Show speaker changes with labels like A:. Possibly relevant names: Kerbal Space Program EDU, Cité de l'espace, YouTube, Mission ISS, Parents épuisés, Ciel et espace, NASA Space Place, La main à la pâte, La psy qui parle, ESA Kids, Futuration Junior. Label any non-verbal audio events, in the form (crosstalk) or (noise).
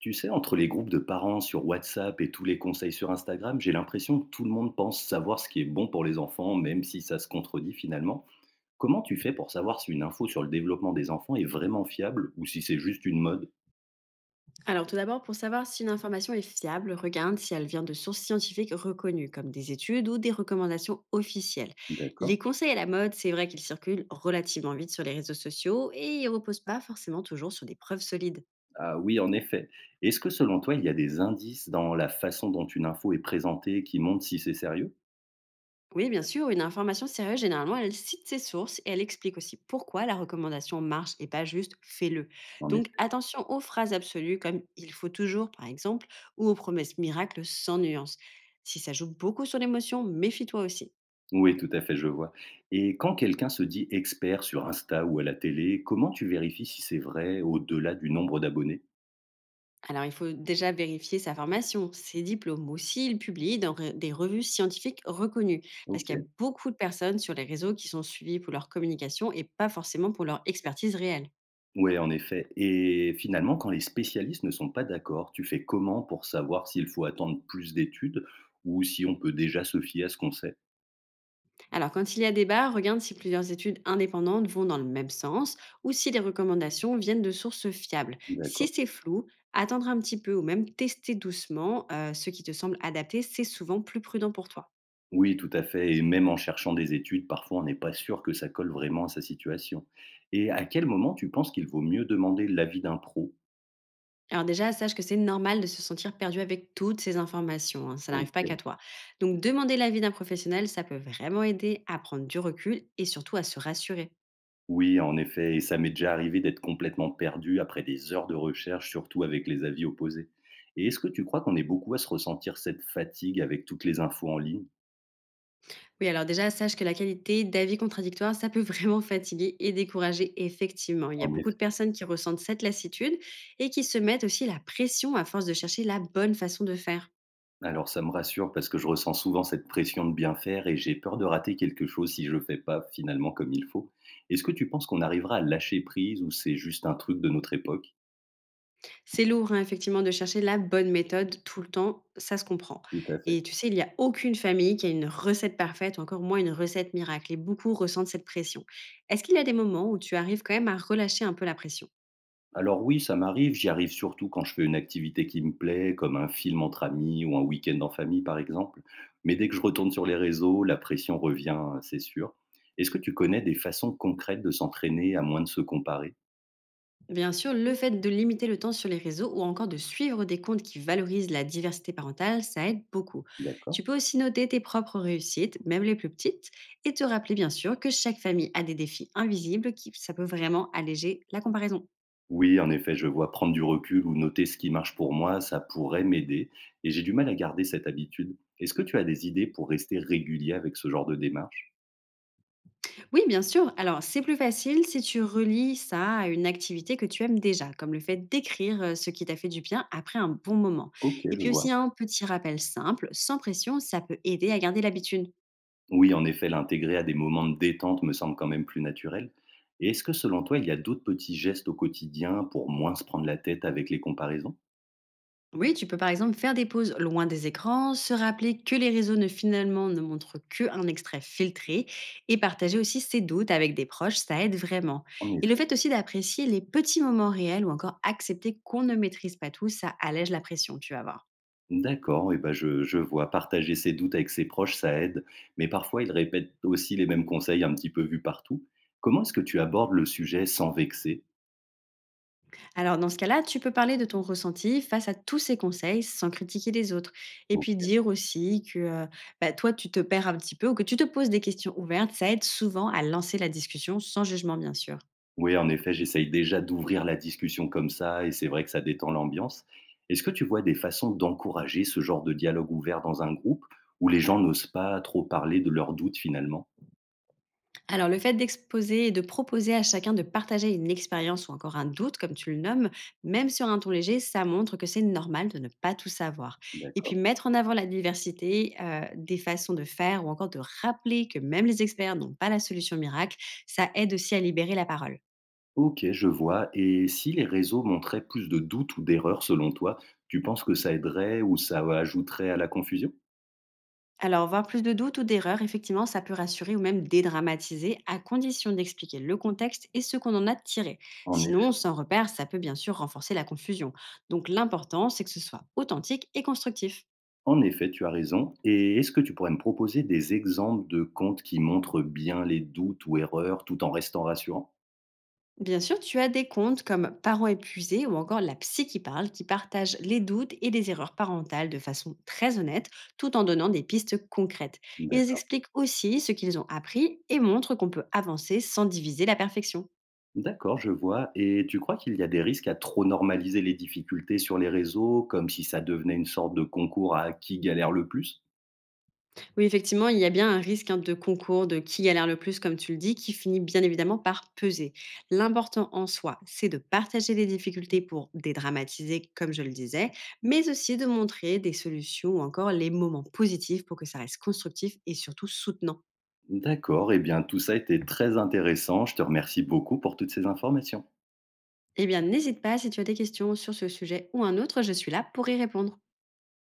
A: Tu sais, entre les groupes de parents sur WhatsApp et tous les conseils sur Instagram, j'ai l'impression que tout le monde pense savoir ce qui est bon pour les enfants, même si ça se contredit finalement. Comment tu fais pour savoir si une info sur le développement des enfants est vraiment fiable ou si c'est juste une mode?
B: Alors tout d'abord, pour savoir si une information est fiable, regarde si elle vient de sources scientifiques reconnues, comme des études ou des recommandations officielles.
A: D'accord.
B: Les conseils à la mode, c'est vrai qu'ils circulent relativement vite sur les réseaux sociaux et ils ne reposent pas forcément toujours sur des preuves solides.
A: Ah oui, en effet. Est-ce que selon toi, il y a des indices dans la façon dont une info est présentée qui montrent si c'est sérieux?
B: Oui, bien sûr, une information sérieuse, généralement, elle cite ses sources et elle explique aussi pourquoi la recommandation marche et pas juste fais-le.
A: En
B: Donc
A: effet.
B: attention aux phrases absolues comme il faut toujours, par exemple, ou aux promesses miracles sans nuance. Si ça joue beaucoup sur l'émotion, méfie-toi aussi.
A: Oui, tout à fait, je vois. Et quand quelqu'un se dit expert sur Insta ou à la télé, comment tu vérifies si c'est vrai au-delà du nombre d'abonnés?
B: Alors, il faut déjà vérifier sa formation, ses diplômes. Aussi, il publie dans des revues scientifiques reconnues, parce
A: Ok.
B: qu'il y a beaucoup de personnes sur les réseaux qui sont suivies pour leur communication et pas forcément pour leur expertise réelle.
A: Ouais, en effet. Et finalement, quand les spécialistes ne sont pas d'accord, tu fais comment pour savoir s'il faut attendre plus d'études ou si on peut déjà se fier à ce qu'on sait?
B: Alors, quand il y a débat, regarde si plusieurs études indépendantes vont dans le même sens ou si les recommandations viennent de sources fiables. Si
A: D'accord.
B: c'est flou, attendre un petit peu ou même tester doucement ce qui te semble adapté, c'est souvent plus prudent pour toi.
A: Oui, tout à fait. Et même en cherchant des études, parfois on n'est pas sûr que ça colle vraiment à sa situation. Et à quel moment tu penses qu'il vaut mieux demander l'avis d'un pro?
B: Alors déjà, sache que c'est normal de se sentir perdu avec toutes ces informations, hein, ça n'arrive pas qu'à
A: Ok.
B: toi. Donc demander l'avis d'un professionnel, ça peut vraiment aider à prendre du recul et surtout à se rassurer.
A: Oui, en effet. Et ça m'est déjà arrivé d'être complètement perdu après des heures de recherche, surtout avec les avis opposés. Et est-ce que tu crois qu'on est beaucoup à se ressentir cette fatigue avec toutes les infos en ligne?
B: Oui, alors déjà, sache que la qualité d'avis contradictoires, ça peut (laughs) vraiment fatiguer et décourager, effectivement. Il y a
A: En
B: beaucoup de
A: effet.
B: personnes qui ressentent cette lassitude et qui se mettent aussi la pression à force de chercher la bonne façon de faire.
A: Alors ça me rassure parce que je ressens souvent cette pression de bien faire et j'ai peur de rater quelque chose si je ne fais pas finalement comme il faut. Est-ce que tu penses qu'on arrivera à lâcher prise ou c'est juste un truc de notre époque?
B: C'est lourd, hein, effectivement, de chercher la bonne méthode tout le temps, ça se comprend.
A: Tout à fait.
B: Et tu sais, il n'y a aucune famille qui a une recette parfaite, ou encore moins une recette miracle, et beaucoup ressentent cette pression. Est-ce qu'il y a des moments où tu arrives quand même à relâcher un peu la pression?
A: Alors oui, ça m'arrive, j'y arrive surtout quand je fais une activité qui me plaît, comme un film entre amis ou un week-end en famille par exemple. Mais dès que je retourne sur les réseaux, la pression revient, c'est sûr. Est-ce que tu connais des façons concrètes de s'entraîner à moins de se comparer?
B: Bien sûr, le fait de limiter le temps sur les réseaux ou encore de suivre des comptes qui valorisent la diversité parentale, ça aide beaucoup. Tu
A: D'accord.
B: peux aussi noter tes propres réussites, même les plus petites, et te rappeler bien sûr que chaque famille a des défis invisibles qui, ça peut vraiment alléger la comparaison.
A: Oui, en effet, je vois, prendre du recul ou noter ce qui marche pour moi, ça pourrait m'aider. Et j'ai du mal à garder cette habitude. Est-ce que tu as des idées pour rester régulier avec ce genre de démarche?
B: Oui, bien sûr. Alors, c'est plus facile si tu relis ça à une activité que tu aimes déjà, comme le fait d'écrire ce qui t'a fait du bien après un bon moment.
A: Ok,
B: Et
A: je
B: puis aussi,
A: vois.
B: un petit rappel simple, sans pression, ça peut aider à garder l'habitude.
A: Oui, en effet, l'intégrer à des moments de détente me semble quand même plus naturel. Et est-ce que selon toi, il y a d'autres petits gestes au quotidien pour moins se prendre la tête avec les comparaisons?
B: Oui, tu peux par exemple faire des pauses loin des écrans, se rappeler que les réseaux ne finalement ne montrent que un extrait filtré et partager aussi ses doutes avec des proches, ça aide vraiment.
A: En
B: Et le
A: effet.
B: fait aussi d'apprécier les petits moments réels ou encore accepter qu'on ne maîtrise pas tout, ça allège la pression, tu vas voir.
A: D'accord, et ben je vois, partager ses doutes avec ses proches, ça aide, mais parfois ils répètent aussi les mêmes conseils un petit peu vus partout. Comment est-ce que tu abordes le sujet sans vexer?
B: Alors dans ce cas-là, tu peux parler de ton ressenti face à tous ces conseils sans critiquer les autres. Et puis
A: OK.
B: dire aussi que bah, toi, tu te perds un petit peu ou que tu te poses des questions ouvertes, ça aide souvent à lancer la discussion sans jugement, bien sûr.
A: Oui, en effet, j'essaye déjà d'ouvrir la discussion comme ça et c'est vrai que ça détend l'ambiance. Est-ce que tu vois des façons d'encourager ce genre de dialogue ouvert dans un groupe où les gens n'osent pas trop parler de leurs doutes finalement?
B: Alors le fait d'exposer et de proposer à chacun de partager une expérience ou encore un doute, comme tu le nommes, même sur un ton léger, ça montre que c'est normal de ne pas tout savoir. Et puis
A: D'accord.
B: mettre en avant la diversité des façons de faire ou encore de rappeler que même les experts n'ont pas la solution miracle, ça aide aussi à libérer la parole.
A: OK, je vois, et si les réseaux montraient plus de doutes ou d'erreurs selon toi, tu penses que ça aiderait ou ça ajouterait à la confusion?
B: Alors, voir plus de doutes ou d'erreurs, effectivement, ça peut rassurer ou même dédramatiser, à condition d'expliquer le contexte et ce qu'on en a tiré.
A: En
B: Sinon,
A: effet.
B: sans repère, ça peut bien sûr renforcer la confusion. Donc, l'important, c'est que ce soit authentique et constructif.
A: En effet, tu as raison, et est-ce que tu pourrais me proposer des exemples de comptes qui montrent bien les doutes ou erreurs tout en restant rassurants?
B: Bien sûr, tu as des comptes comme Parents épuisés ou encore La psy qui parle, qui partagent les doutes et les erreurs parentales de façon très honnête, tout en donnant des pistes concrètes. Ils expliquent aussi ce qu'ils ont appris et montrent qu'on peut avancer sans diviser la perfection.
A: D'accord, je vois. Et tu crois qu'il y a des risques à trop normaliser les difficultés sur les réseaux, comme si ça devenait une sorte de concours à qui galère le plus?
B: Oui, effectivement, il y a bien un risque hein, de concours, de qui galère le plus, comme tu le dis, qui finit bien évidemment par peser. L'important en soi, c'est de partager les difficultés pour dédramatiser, comme je le disais, mais aussi de montrer des solutions ou encore les moments positifs pour que ça reste constructif et surtout soutenant.
A: D'accord, eh bien tout ça était très intéressant. Je te remercie beaucoup pour toutes ces informations.
B: Eh bien, n'hésite pas si tu as des questions sur ce sujet ou un autre, je suis là pour y répondre.